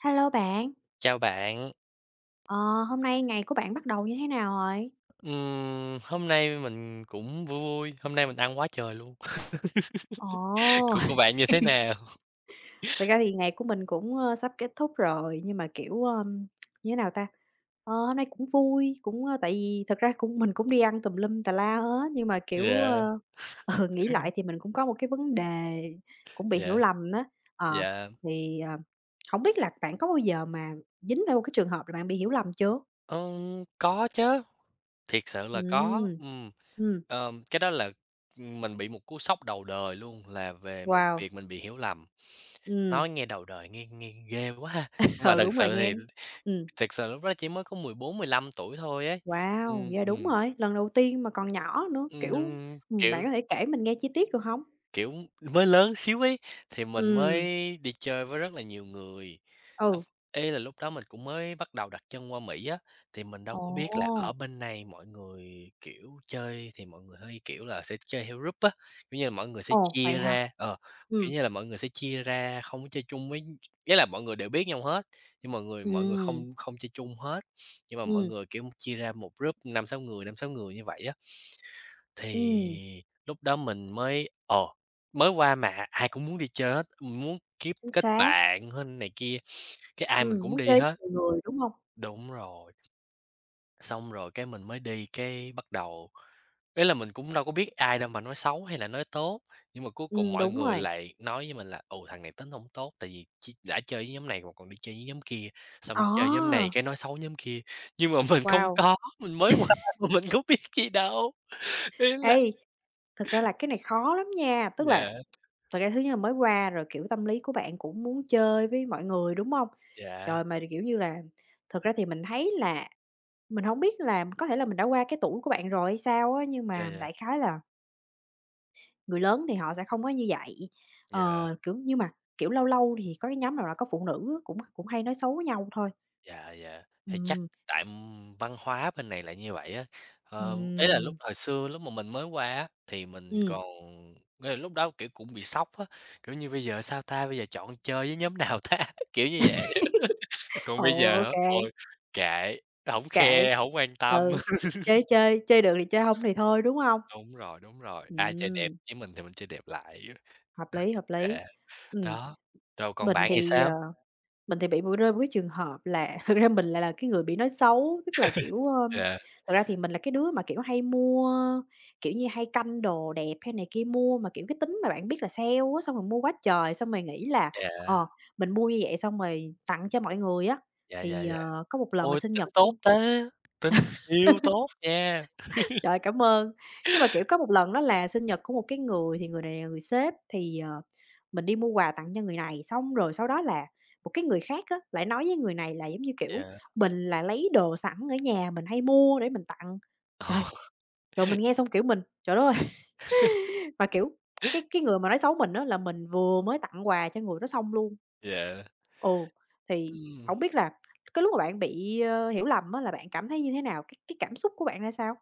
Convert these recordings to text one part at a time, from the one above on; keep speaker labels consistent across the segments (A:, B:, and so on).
A: Hello bạn,
B: Chào bạn,
A: ờ, hôm nay ngày của bạn bắt đầu như thế nào rồi?
B: hôm nay mình cũng vui vui, hôm nay mình ăn quá trời luôn.
A: Ồ,
B: Của bạn như thế nào?
A: thật ra thì ngày của mình cũng, sắp kết thúc rồi, nhưng mà, kiểu, như thế nào ta? Ờ, hôm nay cũng vui, cũng, tại vì thật ra cũng mình cũng đi ăn tùm lum tà la hết, nhưng mà, kiểu,
B: Dạ.
A: nghĩ lại thì mình cũng có một cái vấn đề cũng bị hiểu
B: Dạ,
A: lầm đó. Ờ,
B: dạ,
A: thì, hổng biết là bạn có bao giờ mà dính vào một cái trường hợp là bạn bị hiểu lầm chưa?
B: có chứ, thiệt sự là có,
A: Ừm, ừm,
B: cái đó là mình bị một cú sốc đầu đời luôn là về một
A: wow,
B: việc mình bị hiểu lầm.
A: ừ,
B: Nói nghe đầu đời nghe nghe ghê quá ha, nhưng mà
A: ờ
B: thật
A: đúng rồi,
B: sự
A: nghe
B: thì
A: ừm.
B: thật sự lúc đó chỉ mới có mười bốn mười 15 tuổi thôi ấy.
A: Wow!
B: Ừm,
A: Yeah, đúng
B: ừm,
A: rồi, lần đầu tiên mà còn nhỏ nữa, kiểu
B: kiểu
A: bạn có thể kể mình nghe chi tiết được hông?
B: Kiểu, mới lớn xíu ấy, thì mình mới
A: Ừm,
B: đi chơi với rất là nhiều người. Ơ,
A: ừ.
B: ý là lúc đó mình cũng mới bắt đầu đặt chân qua Mỹ á, thì mình đâu có biết là ở
A: Ồ!
B: bên này mọi người, kiểu, chơi thì mọi người hơi, kiểu là, sẽ chơi theo group á, kiểu như là, mọi người sẽ
A: Ồ,
B: chia
A: vậy hả?
B: ra kiểu
A: Ừm,
B: như là, mọi người sẽ chia ra không có chơi chung với nghĩa là mọi người đều biết nhau hết, nhưng mọi người
A: ừm,
B: không không chơi chung hết, nhưng mà mọi
A: ừm,
B: người, kiểu, chia ra một group năm sáu người như vậy á.
A: ừm,
B: Thì lúc đó mình mới ồ, mới qua mà ai cũng muốn đi chơi hết, muốn kiếp
A: chính
B: kết
A: xác.
B: bạn hơn này kia, cái ai mình cũng
A: Muốn
B: đi
A: chơi
B: hết.
A: nhiều người, đúng hông?
B: Đúng rồi, xong rồi cái mình mới đi, cái bắt đầu ý là mình cũng đâu có biết ai đâu mà nói xấu hay là nói tốt, nhưng mà cuối cùng mọi
A: Đúng
B: người
A: rồi.
B: lại nói với mình là ồ thằng này tính không tốt, tại vì chi đã chơi với nhóm này mà còn đi chơi với nhóm kia, xong chơi nhóm này
A: À!
B: cái nói xấu nhóm kia." Nhưng mà mình không
A: Wow!
B: có, mình mới qua mà mình có biết gì đâu, ý là
A: Ê, thực ra là cái này khó lắm nha, tức là
B: dạ,
A: thật ra thứ nhất là mới qua rồi, kiểu, tâm lý của bạn cũng muốn chơi với mọi người, đúng hông?
B: dạ,
A: Trời, mà, kiểu như là, thực ra thì mình hổng biết là có thể là mình đã qua cái tuổi của bạn rồi hay sao á, nhưng
B: dạ,
A: mà
B: dạ.
A: đại khái là người lớn thì họ sẽ không có như vậy.
B: Yeah,
A: Ờ, kiểu, nhưng mà, kiểu, lâu lâu thì có cái nhóm nào là có phụ nữ á, cũng cũng hay nói xấu nhau thôi.
B: dạ, dạ. Thì chắc
A: Ừm,
B: tại, văn hóa bên này lại như vậy á. Ờ, ý là lúc
A: ừm,
B: hồi xưa lúc mà mình mới qua á, thì mình
A: ừm,
B: còn nghĩa là lúc đó, kiểu, cũng bị sốc á, kiểu như: "Bây giờ sao ta? Bây giờ chọn chơi với nhóm nào ta?" Kiểu như vậy. Còn
A: ồ,
B: bây giờ
A: ô
B: hả?
A: kê,
B: Ôi, kệ, hổng
A: kệ.
B: khe, hổng quan tâm.
A: Ừ, chơi chơi, chơi được thì chơi, hông thì thôi, đúng hông?
B: Đúng rồi, ai chơi đẹp
A: Ừm,
B: với mình thì mình chơi đẹp lại.
A: hợp lý, hợp
B: Dạ,
A: lý. Ừm,
B: đó. Rồi còn
A: mình
B: bạn thì
A: thì,
B: sao?
A: ờ Mình thì bị rơi vào cái trường hợp là thực ra mình lại là cái người bị nói xấu, tức là, kiểu,
B: Dạ,
A: thật ra thì mình là cái đứa mà, kiểu, hay mua, kiểu như, hay canh đồ đẹp hay này kia, mua mà, kiểu, cái tính mà bạn biết là sale á, xong rồi mua quá trời, xong rồi nghĩ là,
B: dạ,
A: ờ, mình mua như vậy xong rồi tặng cho mọi người á.
B: dạ, dạ,
A: Thì,
B: dạ.
A: có một lần là
B: Ôi,
A: sinh nhật
B: tính tốt
A: của.
B: thế, tính siêu tốt nha!
A: Trời, cảm ơn. Nhưng mà, kiểu, có một lần đó là sinh nhật của một cái người thì người này là người sếp, thì, mình đi mua quà tặng cho người này, xong rồi sau đó là một cái người khác á, lại nói với người này là, giống như kiểu,
B: Yeah.
A: mình là lấy đồ sẵn ở nhà mình hay mua để mình tặng. Trời,
B: Ồ.
A: trời, mình nghe xong, kiểu, mình trời đất ơi! Mà, kiểu, cái người mà nói xấu mình á là mình vừa mới tặng quà cho người đó xong luôn.
B: Yeah.
A: Ừ, thì
B: Ừm.
A: hổng biết là cái lúc mà bạn bị, hiểu lầm á là bạn cảm thấy như thế nào? Cái cảm xúc của bạn ra sao?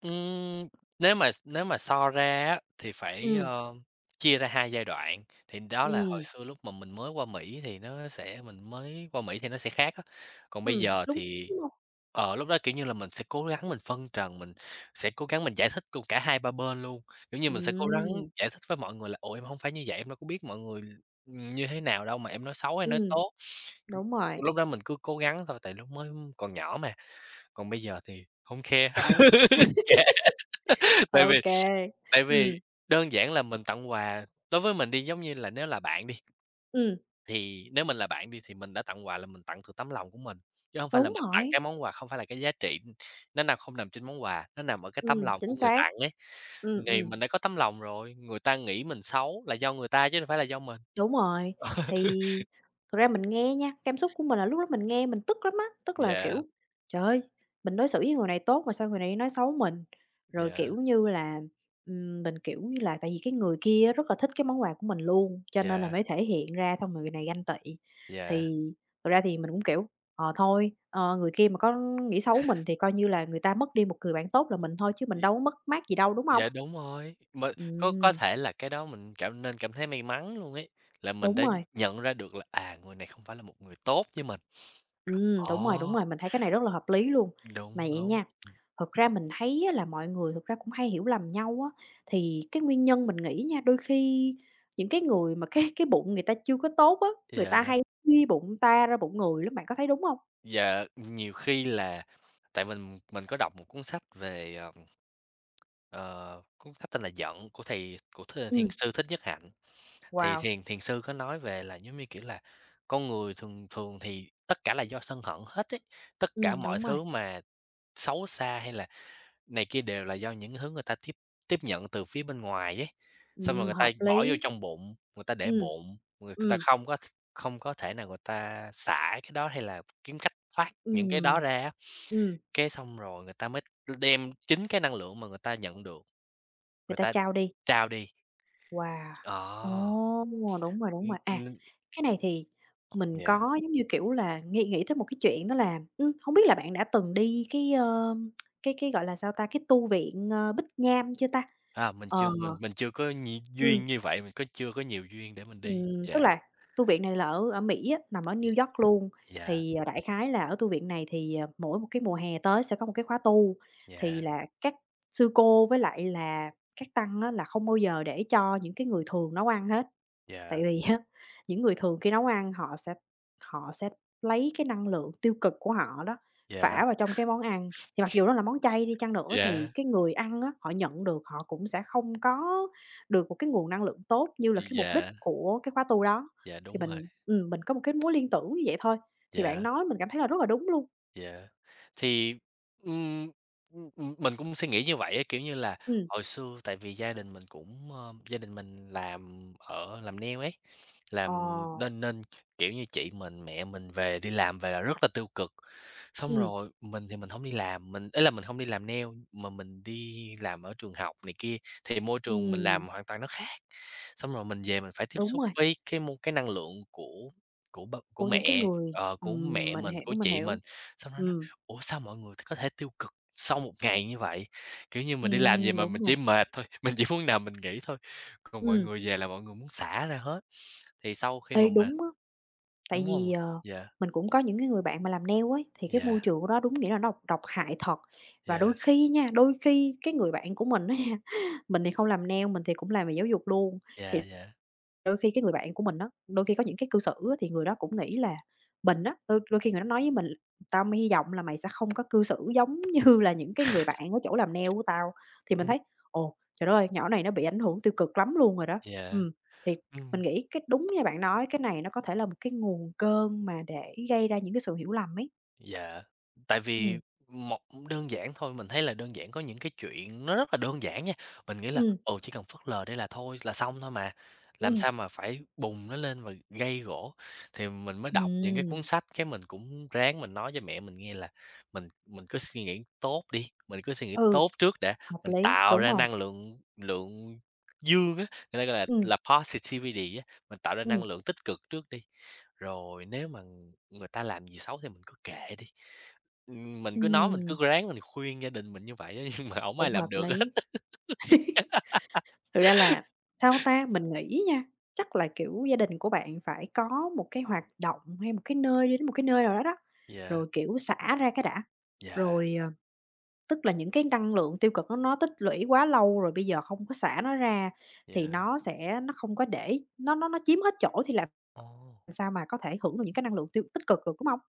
B: Ừm, nếu mà so ra á, thì phải,
A: Ừm,
B: chia ra 2 giai đoạn, thì đó là hồi
A: ừm.
B: xưa lúc mà mình mới qua Mỹ thì nó sẽ mình mới qua Mỹ thì nó sẽ khác á. Còn bây giờ
A: Lúng,
B: thì,
A: đúng hông?
B: ở lúc đó, kiểu như là, mình sẽ cố gắng mình phân trần, mình sẽ cố gắng mình giải thích cùng cả hai ba bên luôn. Kiểu như, mình sẽ cố gắng
A: Ừm,
B: giải thích với mọi người là "Ủa, em không phải như vậy, em đâu có biết mọi người, như thế nào đâu mà em nói xấu hay nói
A: ừm,
B: tốt."
A: đúng rồi,
B: Lúc đó mình cứ cố gắng thôi, tại lúc mới còn nhỏ mà, còn bây giờ thì không care,
A: kệ,
B: kệ,
A: ô
B: tại vì
A: kê,
B: Tại vì
A: ừm,
B: đơn giản là mình tặng quà đối với mình đi, giống như là, nếu là bạn đi,
A: ừm,
B: thì nếu mình là bạn đi thì mình đã tặng quà là mình tặng từ tấm lòng của mình, chứ không phải là
A: đúng
B: mình tặng cái
A: rồi,
B: món quà, không phải là cái giá trị nó nằm không nằm trên món quà, nó nằm ở cái tấm lòng của
A: chính
B: người
A: xác.
B: tặng ấy.
A: Ừm,
B: Thì
A: ừm.
B: mình đã có tấm lòng rồi, người ta nghĩ mình xấu là do người ta chứ đâu phải là do mình.
A: Đúng rồi, thì thực ra mình nghe nha, cảm xúc của mình là lúc đó mình nghe mình tức lắm á, tức là,
B: Dạ,
A: kiểu, trời ơi, mình đối xử với người này tốt mà sao người này nói xấu mình? Rồi, kiểu
B: dạ,
A: như là, mình, kiểu như là, tại vì cái người kia rất là thích cái món quà của mình luôn, cho nên là
B: dạ,
A: mới thể hiện ra xong người này ganh tị.
B: dạ,
A: Thì thực ra thì mình cũng, kiểu, thôi, người kia mà có nghĩ xấu mình thì coi như là người ta mất đi một người bạn tốt là mình thôi chứ mình
B: d
A: đâu có mất mát gì đâu, đúng không?
B: dạ, đúng rồi, mà có
A: Ừm,
B: thể là cái đó mình cảm nên cảm thấy may mắn luôn ấy, là mình
A: đúng
B: đã
A: rồi.
B: nhận ra được là, à, người này không phải là một người tốt với mình.
A: Đúng rồi, đúng
B: Đó,
A: rồi, mình thấy cái này rất là hợp lý luôn.
B: đúng,
A: Mà vậy
B: đúng,
A: nha, thực ra mình thấy á là mọi người thực ra cũng hay hiểu lầm nhau á, thì cái nguyên nhân mình nghĩ nha, đôi khi những cái người mà cái bụng người ta chưa có tốt á, người ta
B: dạ,
A: hay ghi bụng ta ra bụng người lắm, bạn có thấy đúng không?
B: dạ, nhiều khi là tại mình có đọc một cuốn sách về, ờ, cuốn sách tên là Giận của thầy của th thiền
A: Ừm,
B: sư Thích Nhất Hạnh, thì
A: wow,
B: thiền thiền sư có nói về là, giống như kiểu là, con người thường thường thì tất cả là do sân hận hết ấy, tất cả mọi
A: đúng rồi,
B: thứ mà xấu xa hay là này kia đều là do những hướng người ta tiếp tiếp nhận từ phía bên ngoài ấy, xong rồi người ta
A: hợp
B: bỏ vô
A: lý.
B: trong bụng, người ta để
A: Ừm.
B: bụng, người ta
A: Ừm,
B: không có thể nào người ta xả cái đó hay là kiếm cách thoát những cái đó
A: ừm,
B: ra á.
A: ừm,
B: Cái xong rồi người ta mới đem chính cái năng lượng mà người ta nhận được,
A: người
B: người
A: ta
B: ta
A: trao đi.
B: trao đi.
A: Wow!
B: Ờ,
A: Ồ, đúng rồi, đúng
B: ừm,
A: rồi. À,
B: ừm,
A: cái này thì mình
B: yeah,
A: có, giống như, kiểu là, nghĩ nghĩ tới một cái chuyện đó là, hông biết là bạn đã từng đi cái, cái, gọi là, sao ta, cái tu viện, Bích Nham chưa ta?
B: à, mình
A: Ờ.
B: chưa mình mình chưa có nhi
A: Ừm,
B: duyên như vậy, mình có chưa có nhiều duyên để mình đi.
A: tức
B: Yeah,
A: là tu viện này là ở ở Mỹ á, nằm ở
B: yeah.
A: New York luôn.
B: Yeah,
A: Thì, đại khái là ở tu viện này thì, mỗi một cái mùa hè tới sẽ có một cái khóa tu, thì
B: yeah,
A: là các sư cô với lại là các tăng á là không bao giờ để cho những cái người thường nấu ăn hết.
B: yeah,
A: Tại vì á, những người thường khi nấu ăn họ sẽ lấy cái năng lượng tiêu cực của họ đó,
B: yeah,
A: phả vào trong cái món ăn. Thì mặc dù nó là món chay đi chăng nữa thì
B: yeah.
A: cái người ăn á, họ nhận được họ cũng sẽ không có được một cái nguồn năng lượng tốt như là cái mục đích
B: Dạ,
A: của cái khóa tu đó.
B: dạ,
A: Thì
B: đúng rồi,
A: mình có một cái mối liên tưởng như vậy thôi, thì bạn
B: dạ,
A: nói mình cảm thấy là rất là đúng luôn.
B: dạ. Thì, ừm, mình cũng suy nghĩ như vậy á, kiểu như là,
A: Ừm,
B: hồi xưa tại vì gia đình mình cũng, ơ gia đình mình làm ở làm nail ấy,
A: ờ,
B: làm nên nên, kiểu như, chị mình, mẹ mình về đi làm về là rất là tiêu cực. Xong
A: ừm,
B: rồi mình thì mình không đi làm, mình ý là mình không đi làm nail mà mình đi làm ở trường học này kia, thì môi trường mình
A: ừm,
B: làm hoàn toàn nó khác. Xong rồi mình về mình phải tiếp
A: đúng
B: xúc
A: rồi,
B: với cái mô cái năng lượng của ba của
A: của những cái
B: mẹ,
A: người.
B: của mẹ
A: Mình
B: mình, của
A: hiểu, mình
B: chị mình,
A: hiểu.
B: xong nó nói:
A: Ừm,
B: "Ủa, sao mọi người có thể tiêu cực sau một ngày như vậy?" Kiểu như, mình đi làm về mà
A: đúng
B: mình
A: rồi,
B: chỉ mệt thôi, mình chỉ muốn nằm mình nghỉ thôi, còn mọi
A: ừm,
B: người về là mọi người muốn xả ra hết. Thì sau khi mà
A: ê,
B: mình
A: đúng á. Tại
B: đúng không?
A: vì,
B: Dạ,
A: mình cũng có những cái người bạn mà làm nail ấy, thì cái
B: dạ,
A: môi trường đó đúng nghĩa là nó độc độc hại thật. Và đôi
B: dạ,
A: khi nha, đôi khi cái người bạn của mình á nha, mình thì không làm nail, mình thì cũng làm về giáo dục luôn,
B: dạ,
A: thì
B: dạ,
A: đôi khi cái người bạn của mình á, đôi khi có những cái cư xử á, thì người đó cũng nghĩ là mình á, đôi đôi khi người đó nói với mình là, "Tao mới hy vọng là mày sẽ không có cư xử giống như là những cái người bạn ở chỗ làm nail của tao." Thì mình thấy, ồ, trời đất ơi, nhỏ này nó bị ảnh hưởng tiêu cực lắm luôn rồi đó.
B: dạ.
A: Ừm, thì mình nghĩ cái đúng như bạn nói, cái này nó có thể là một cái nguồn cơn mà để gây ra những cái sự hiểu lầm ấy.
B: Dạ, tại vì
A: Ừm,
B: một đơn giản thôi, mình thấy là đơn giản có những cái chuyện nó rất là đơn giản nha. Mình nghĩ là,
A: ừm,
B: ừ, chỉ cần phớt lờ đây là thôi là xong thôi mà, làm
A: ừm.
B: sao mà phải bùng nó lên và gây gổ. Thì mình mới đọc những cái cuốn
A: Ừm.
B: sách, cái mình cũng ráng mình nói với mẹ mình nghe là mình cứ suy nghĩ tốt đi, mình cứ suy nghĩ
A: Ừ,
B: tốt trước đã,
A: hợp
B: mình
A: lý,
B: tạo
A: đúng
B: ra
A: rồi.
B: năng lượng lượng dương á, người ta gọi
A: Ừm,
B: là positivity á, mình tạo ra năng
A: ừm,
B: lượng tích cực trước đi. Rồi nếu mà người ta làm gì xấu thì mình cứ kệ đi. Mình cứ nói, mình cứ
A: ừm,
B: ráng mình khuyên gia đình mình như vậy á, nhưng mà hổng ai
A: cũng
B: làm
A: hợp
B: được hết.
A: lý. Thực ra là sao ta? Mình nghĩ nha, chắc là, kiểu, gia đình của bạn phải có một cái hoạt động hay một cái nơi đi đến một cái nơi nào đó đó,
B: Dạ,
A: rồi, kiểu, xả ra cái đã,
B: dạ,
A: rồi, tức là những cái năng lượng tiêu cực nó tích lũy quá lâu rồi bây giờ không có xả nó ra thì
B: dạ.
A: nó sẽ nó không có để nó chiếm hết chỗ thì làm
B: Ồ,
A: sao mà có thể hưởng được những cái năng lượng tích cực được, đúng không?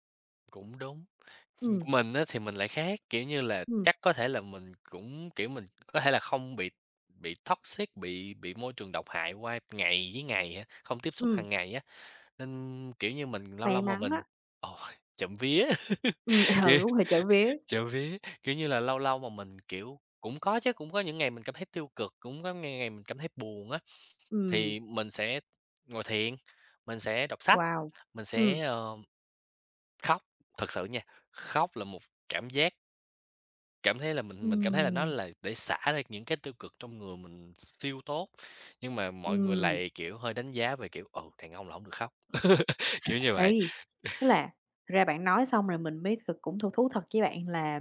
B: cũng đúng.
A: Ừ,
B: Mình á thì mình lại khác, kiểu như là,
A: ừ,
B: chắc có thể là mình cũng, kiểu, mình có thể là không bị bị toxic, bị môi trường độc hại qua ngày với ngày á, không tiếp xúc
A: ừ
B: hàng ngày á, nên, kiểu như, mình lâu lâu
A: may
B: mà
A: mắn
B: mình
A: á,
B: ôi, trộm vía,
A: ừm, ừ,
B: kiểu,
A: đúng rồi, trộm vía,
B: trộm vía, kiểu như là, lâu lâu mà mình, kiểu cũng có chứ, cũng có những ngày mình cảm thấy tiêu cực, cũng có ng ngày mình cảm thấy buồn á.
A: ừm,
B: Thì mình sẽ ngồi thiền, mình sẽ đọc sách,
A: wow,
B: mình
A: ừ,
B: sẽ, khóc, thật sự nha, khóc là một cảm giác cảm thấy là mình cảm thấy là nó
A: ừ,
B: là để xả ra những cái tiêu cực trong người mình siêu tốt, nhưng mà mọi người
A: ừm,
B: lại, kiểu, hơi đánh giá về, kiểu, "Ừ, đàn ông là không được khóc." Kiểu như vậy.
A: ấy. Tức là thực ra bạn nói xong rồi mình mới thực cũng thú thú thật với bạn là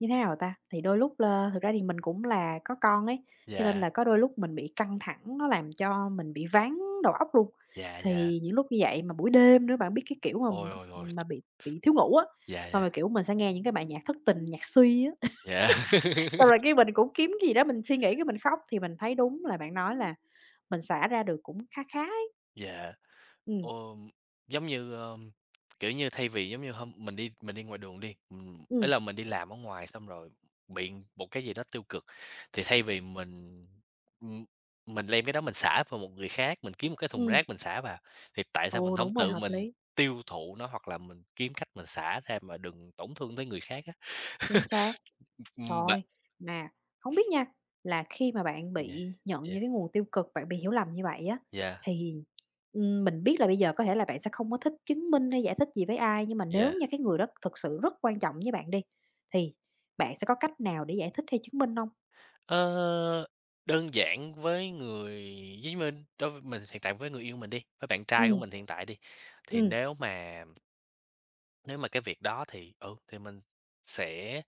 A: như thế nào ta? Thì đôi lúc là thực ra thì mình cũng là có con ấy, cho nên
B: Dạ,
A: là có đôi lúc mình bị căng thẳng nó làm cho mình bị ván đầu óc luôn.
B: dạ, dạ.
A: Thì những lúc như vậy mà buổi đêm nữa, bạn biết cái kiểu mà
B: Ôi, ôi, ôi,
A: mà bị thiếu ngủ á,
B: dạ,
A: xong rồi,
B: dạ,
A: kiểu, mình sẽ nghe những cái bài nhạc thất tình, nhạc suy á,
B: dạ.
A: xong rồi cái mình cũng kiếm cái gì đó mình suy nghĩ cái mình khóc. Thì mình thấy đúng là bạn nói là mình xả ra được cũng khá khá ấy.
B: Dạ.
A: Ừm,
B: Ờm, giống như, kiểu như, thay vì giống như hôm mình đi ngoài đường đi, ý
A: ừm,
B: là mình đi làm ở ngoài xong rồi bị một cái gì đó tiêu cực, thì thay vì ừm, mình đem cái đó mình xả vào một người khác, mình kiếm một cái thùng
A: ừm.
B: rác mình xả vào, thì tại sao mình
A: Ồ,
B: không
A: đúng rồi,
B: tự
A: hợp
B: mình
A: lý,
B: tiêu thụ nó hoặc là mình kiếm cách mình xả ra mà đừng tổn thương tới người khác á?
A: chính xác.
B: Bạn
A: Rồi, mà không biết nha, là khi mà bạn
B: yeah,
A: bị nhận
B: yeah,
A: những cái nguồn tiêu cực, bạn bị hiểu lầm như vậy á,
B: yeah,
A: thì, mình biết là bây giờ có thể là bạn sẽ không có thích chứng minh hay giải thích gì với ai, nhưng mà nếu
B: yeah.
A: như cái người đó thực sự rất quan trọng với bạn đi, thì bạn sẽ có cách nào để giải thích hay chứng minh không?
B: Ờ, đơn giản với người với mình đối với mình hiện tại với người yêu mình đi, với bạn trai của
A: Ừ,
B: mình hiện tại đi, thì
A: ừ,
B: nếu mà cái việc đó thì, ừ, thì mình sẽ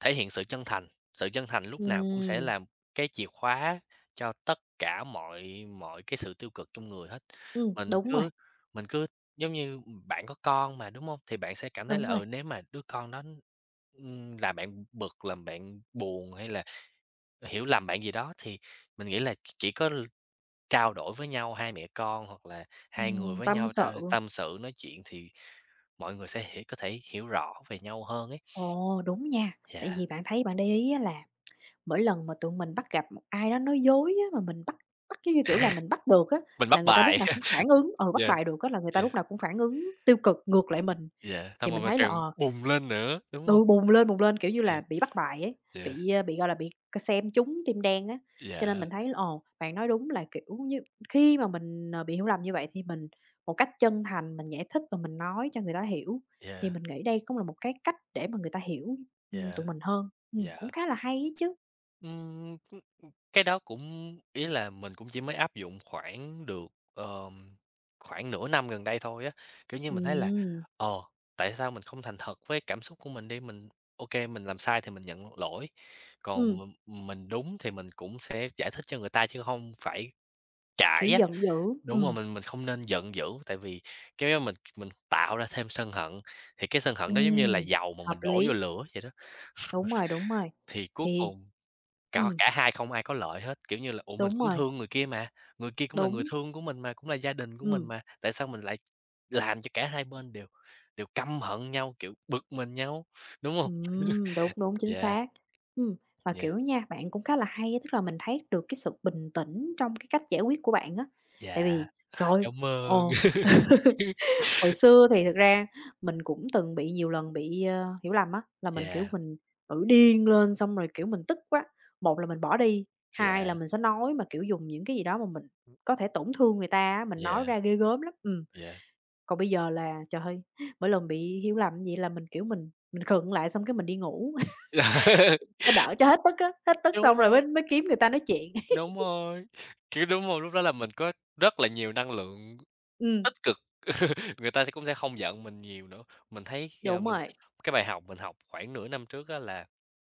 B: thể hiện sự chân thành lúc nào cũng sẽ
A: ừm,
B: là cái chìa khóa cho tất cả mọi mọi cái sự tiêu cực trong người hết.
A: ừm,
B: Mình
A: đúng rồi,
B: cứ mình cứ giống như bạn có con mà, đúng không? Thì bạn sẽ cảm thấy
A: đúng
B: là,
A: rồi,
B: nếu mà đứa con đó, làm bạn bực, làm bạn buồn hay là hiểu lầm bạn gì đó thì mình nghĩ là chỉ có trao đổi với nhau, hai mẹ con hoặc là hai người với
A: tâm
B: nhau
A: sự.
B: ta tâm sự, nói chuyện thì mọi người sẽ hiểu có thể hiểu rõ về nhau hơn ấy.
A: Ồ, đúng nha, tại
B: Dạ,
A: vì bạn thấy bạn để ý á là mỗi lần mà tụi mình bắt gặp một ai đó nói dối á, mà mình bắt bắt, giống như kiểu là, mình bắt được á,
B: mình bắt
A: là người ta lúc
B: bài.
A: nào cũng phản ứng ừ, bắt
B: Dạ,
A: bài được á, là người ta lúc
B: dạ,
A: nào cũng phản ứng tiêu cực ngược lại mình.
B: dạ, xong
A: Thì
B: rồi
A: mình
B: mình
A: thấy là,
B: càng bùng lên nữa, đúng không?
A: ừ, bùng lên, kiểu như
B: Dạ,
A: là, bị bắt bài ấy,
B: dạ,
A: bị, gọi là, bị c xem trúng tim đen á. Cho nên
B: dạ,
A: mình thấy là, ồ, bạn nói đúng là, kiểu như, khi mà mình, bị hiểu lầm như vậy thì mình một cách chân thành mình giải thích và mình nói cho người ta hiểu, thì
B: dạ,
A: mình nghĩ đây cũng là một cái cách để mà người ta hiểu,
B: dạ,
A: tụi mình hơn.
B: dạ.
A: Cũng khá là hay ấy chứ.
B: Ừm. Cái đó cũng ý là mình cũng chỉ mới áp dụng khoảng được, ờm, khoảng nửa năm gần đây thôi á. Kiểu như, mình thấy là,
A: Ừm.
B: ờ, tại sao mình không thành thật với cảm xúc của mình đi, mình ok mình làm sai thì mình nhận lỗi, còn
A: Ừm,
B: mình đúng thì mình cũng sẽ giải thích cho người ta chứ không phải cãi
A: kiểu
B: á.
A: giận dữ,
B: Đúng rồi,
A: ừm,
B: mình không nên giận dữ, tại vì cái đó mình tạo ra thêm sân hận, thì cái sân hận đó giống như là
A: ừm,
B: dầu mà
A: hợp
B: mình đổ vô
A: lý,
B: lửa vậy đó,
A: đúng rồi, đúng rồi.
B: thì cuối
A: Thì
B: cùng Cả
A: ừm,
B: cả hai không ai có lợi hết, kiểu như là, "Ủa, mình
A: đúng
B: cũng
A: rồi,
B: thương người kia mà, người kia cũng là người
A: đúng,
B: thương của mình mà, cũng là gia đình của mình
A: ừm,
B: mà, tại sao mình lại làm cho cả hai bên đều đều căm hận nhau, kiểu, bực mình nhau?" Đúng không?
A: đúng, đúng, chính
B: Dạ,
A: xác. Ừm, mà,
B: dạ,
A: kiểu nha, bạn cũng khá là hay á, tức là mình thấy được cái sự bình tĩnh trong cái cách giải quyết của bạn á, tại
B: dạ,
A: vì trời ơi
B: cảm
A: ờ.
B: ơn.
A: Hồi xưa thì thực ra mình cũng từng bị nhiều lần bị, hiểu lầm á, là mình, kiểu,
B: Dạ,
A: mình tự điên lên xong rồi, kiểu, mình tức quá, một là mình bỏ đi, hai
B: dạ,
A: là mình sẽ nói mà, kiểu, dùng những cái gì đó mà mình có thể tổn thương người ta á, mình
B: dạ,
A: nói ra ghê gớm lắm.
B: dạ.
A: Còn bây giờ là, trời ơi, mỗi lần bị hiểu lầm vậy là mình, kiểu, mình khựng lại xong cái mình đi ngủ cho đỡ cho hết tức á, hết tức
B: Đúng
A: xong rồi
B: rồi,
A: mới mới kiếm người ta nói chuyện.
B: đúng rồi, kiểu, đúng rồi, lúc đó là mình có rất là nhiều năng lượng.
A: Ừm,
B: Tích cực, người ta sẽ cũng sẽ không giận mình nhiều nữa. Mình thấy, ờ,
A: đúng
B: mình
A: rồi,
B: cái bài học mình học khoảng nửa năm trước á là,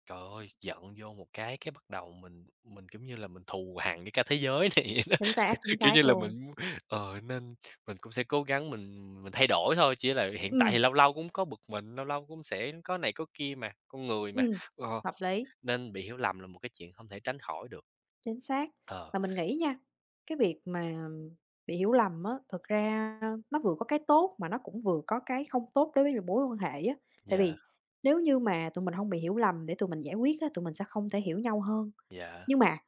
B: trời ơi, giận vô một cái bắt đầu mình, kiểu như là, mình thù hằn với cả thế giới này vậy đó.
A: chính
B: Kiểu như
A: xác
B: là,
A: luôn.
B: nên mình cũng sẽ cố gắng mình thay đổi thôi, chỉ là hiện tại thì
A: Ừm,
B: lâu lâu cũng có bực mình, lâu lâu cũng sẽ có này có kia mà, con người mà,
A: ừm,
B: ờ,
A: hợp lý.
B: nên bị hiểu lầm là một cái chuyện không thể tránh khỏi được.
A: Chính xác.
B: Ờ,
A: Và mình nghĩ nha, cái việc mà bị hiểu lầm á, thực ra nó vừa có cái tốt mà nó cũng vừa có cái không tốt đối với một mối quan hệ á. Tại
B: dạ,
A: vì nếu như mà tụi mình không bị hiểu lầm để tụi mình giải quyết á, tụi mình sẽ không thể hiểu nhau hơn.
B: dạ.
A: Nhưng mà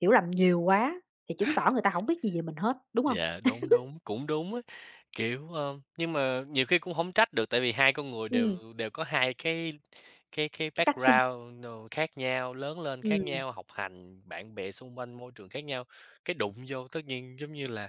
A: hiểu lầm nhiều quá thì chứng tỏ người ta không biết gì về mình hết, đúng không?
B: Dạ, đúng, đúng, cũng đúng á, kiểu, ơ nhưng mà nhiều khi cũng hổng trách được tại vì hai con người
A: Ừm,
B: đều đều có hai cái
A: cái cách suy
B: background đồ khác nhau, lớn lên khác
A: ừm.
B: nhau, học hành, bạn bè xung quanh, môi trường khác nhau, cái đụng vô tất nhiên giống như là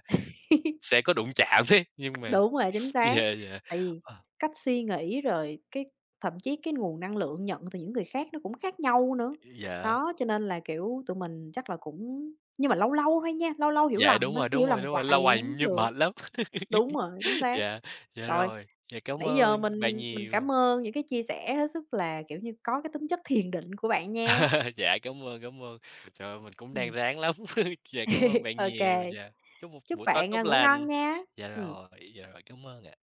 B: sẽ có đụng chạm ấy, nhưng mà
A: Đúng rồi, chính xác.
B: dạ, dạ,
A: Tại vì
B: ờ,
A: cách suy nghĩ rồi cái thậm chí cái nguồn năng lượng nhận từ những người khác nó cũng khác nhau nữa.
B: dạ,
A: Đó, cho nên là, kiểu, tụi mình chắc là cũng nhưng mà lâu lâu thôi nha, lâu lâu hiểu
B: dạ,
A: lầm
B: đúng
A: thôi,
B: rồi,
A: chứ
B: đúng
A: hiểu lầm
B: rồi, đúng rồi,
A: hoài
B: lâu
A: thì
B: hoài
A: hổng
B: như
A: được.
B: mệt lắm.
A: Đúng rồi, chính xác.
B: Dạ, dạ
A: Rồi,
B: rồi, dạ, cảm
A: nãy giờ
B: ơn bạn
A: mình
B: nhiều.
A: cảm ơn những cái chia sẻ hết sức là, kiểu như, có cái tính chất thiền định của bạn nha.
B: Dạ, cảm ơn, cảm ơn. Trời ơi, mình cũng đang
A: Ừm.
B: ráng lắm. Dạ, cảm ơn bạn
A: Ô
B: nhiều.
A: kê,
B: Dạ, chúc một
A: chúc
B: buổi tối
A: bạn,
B: tốt
A: a, ngủ
B: lành.
A: ngon nha.
B: Dạ
A: Ừm.
B: rồi, dạ rồi, cảm ơn ạ.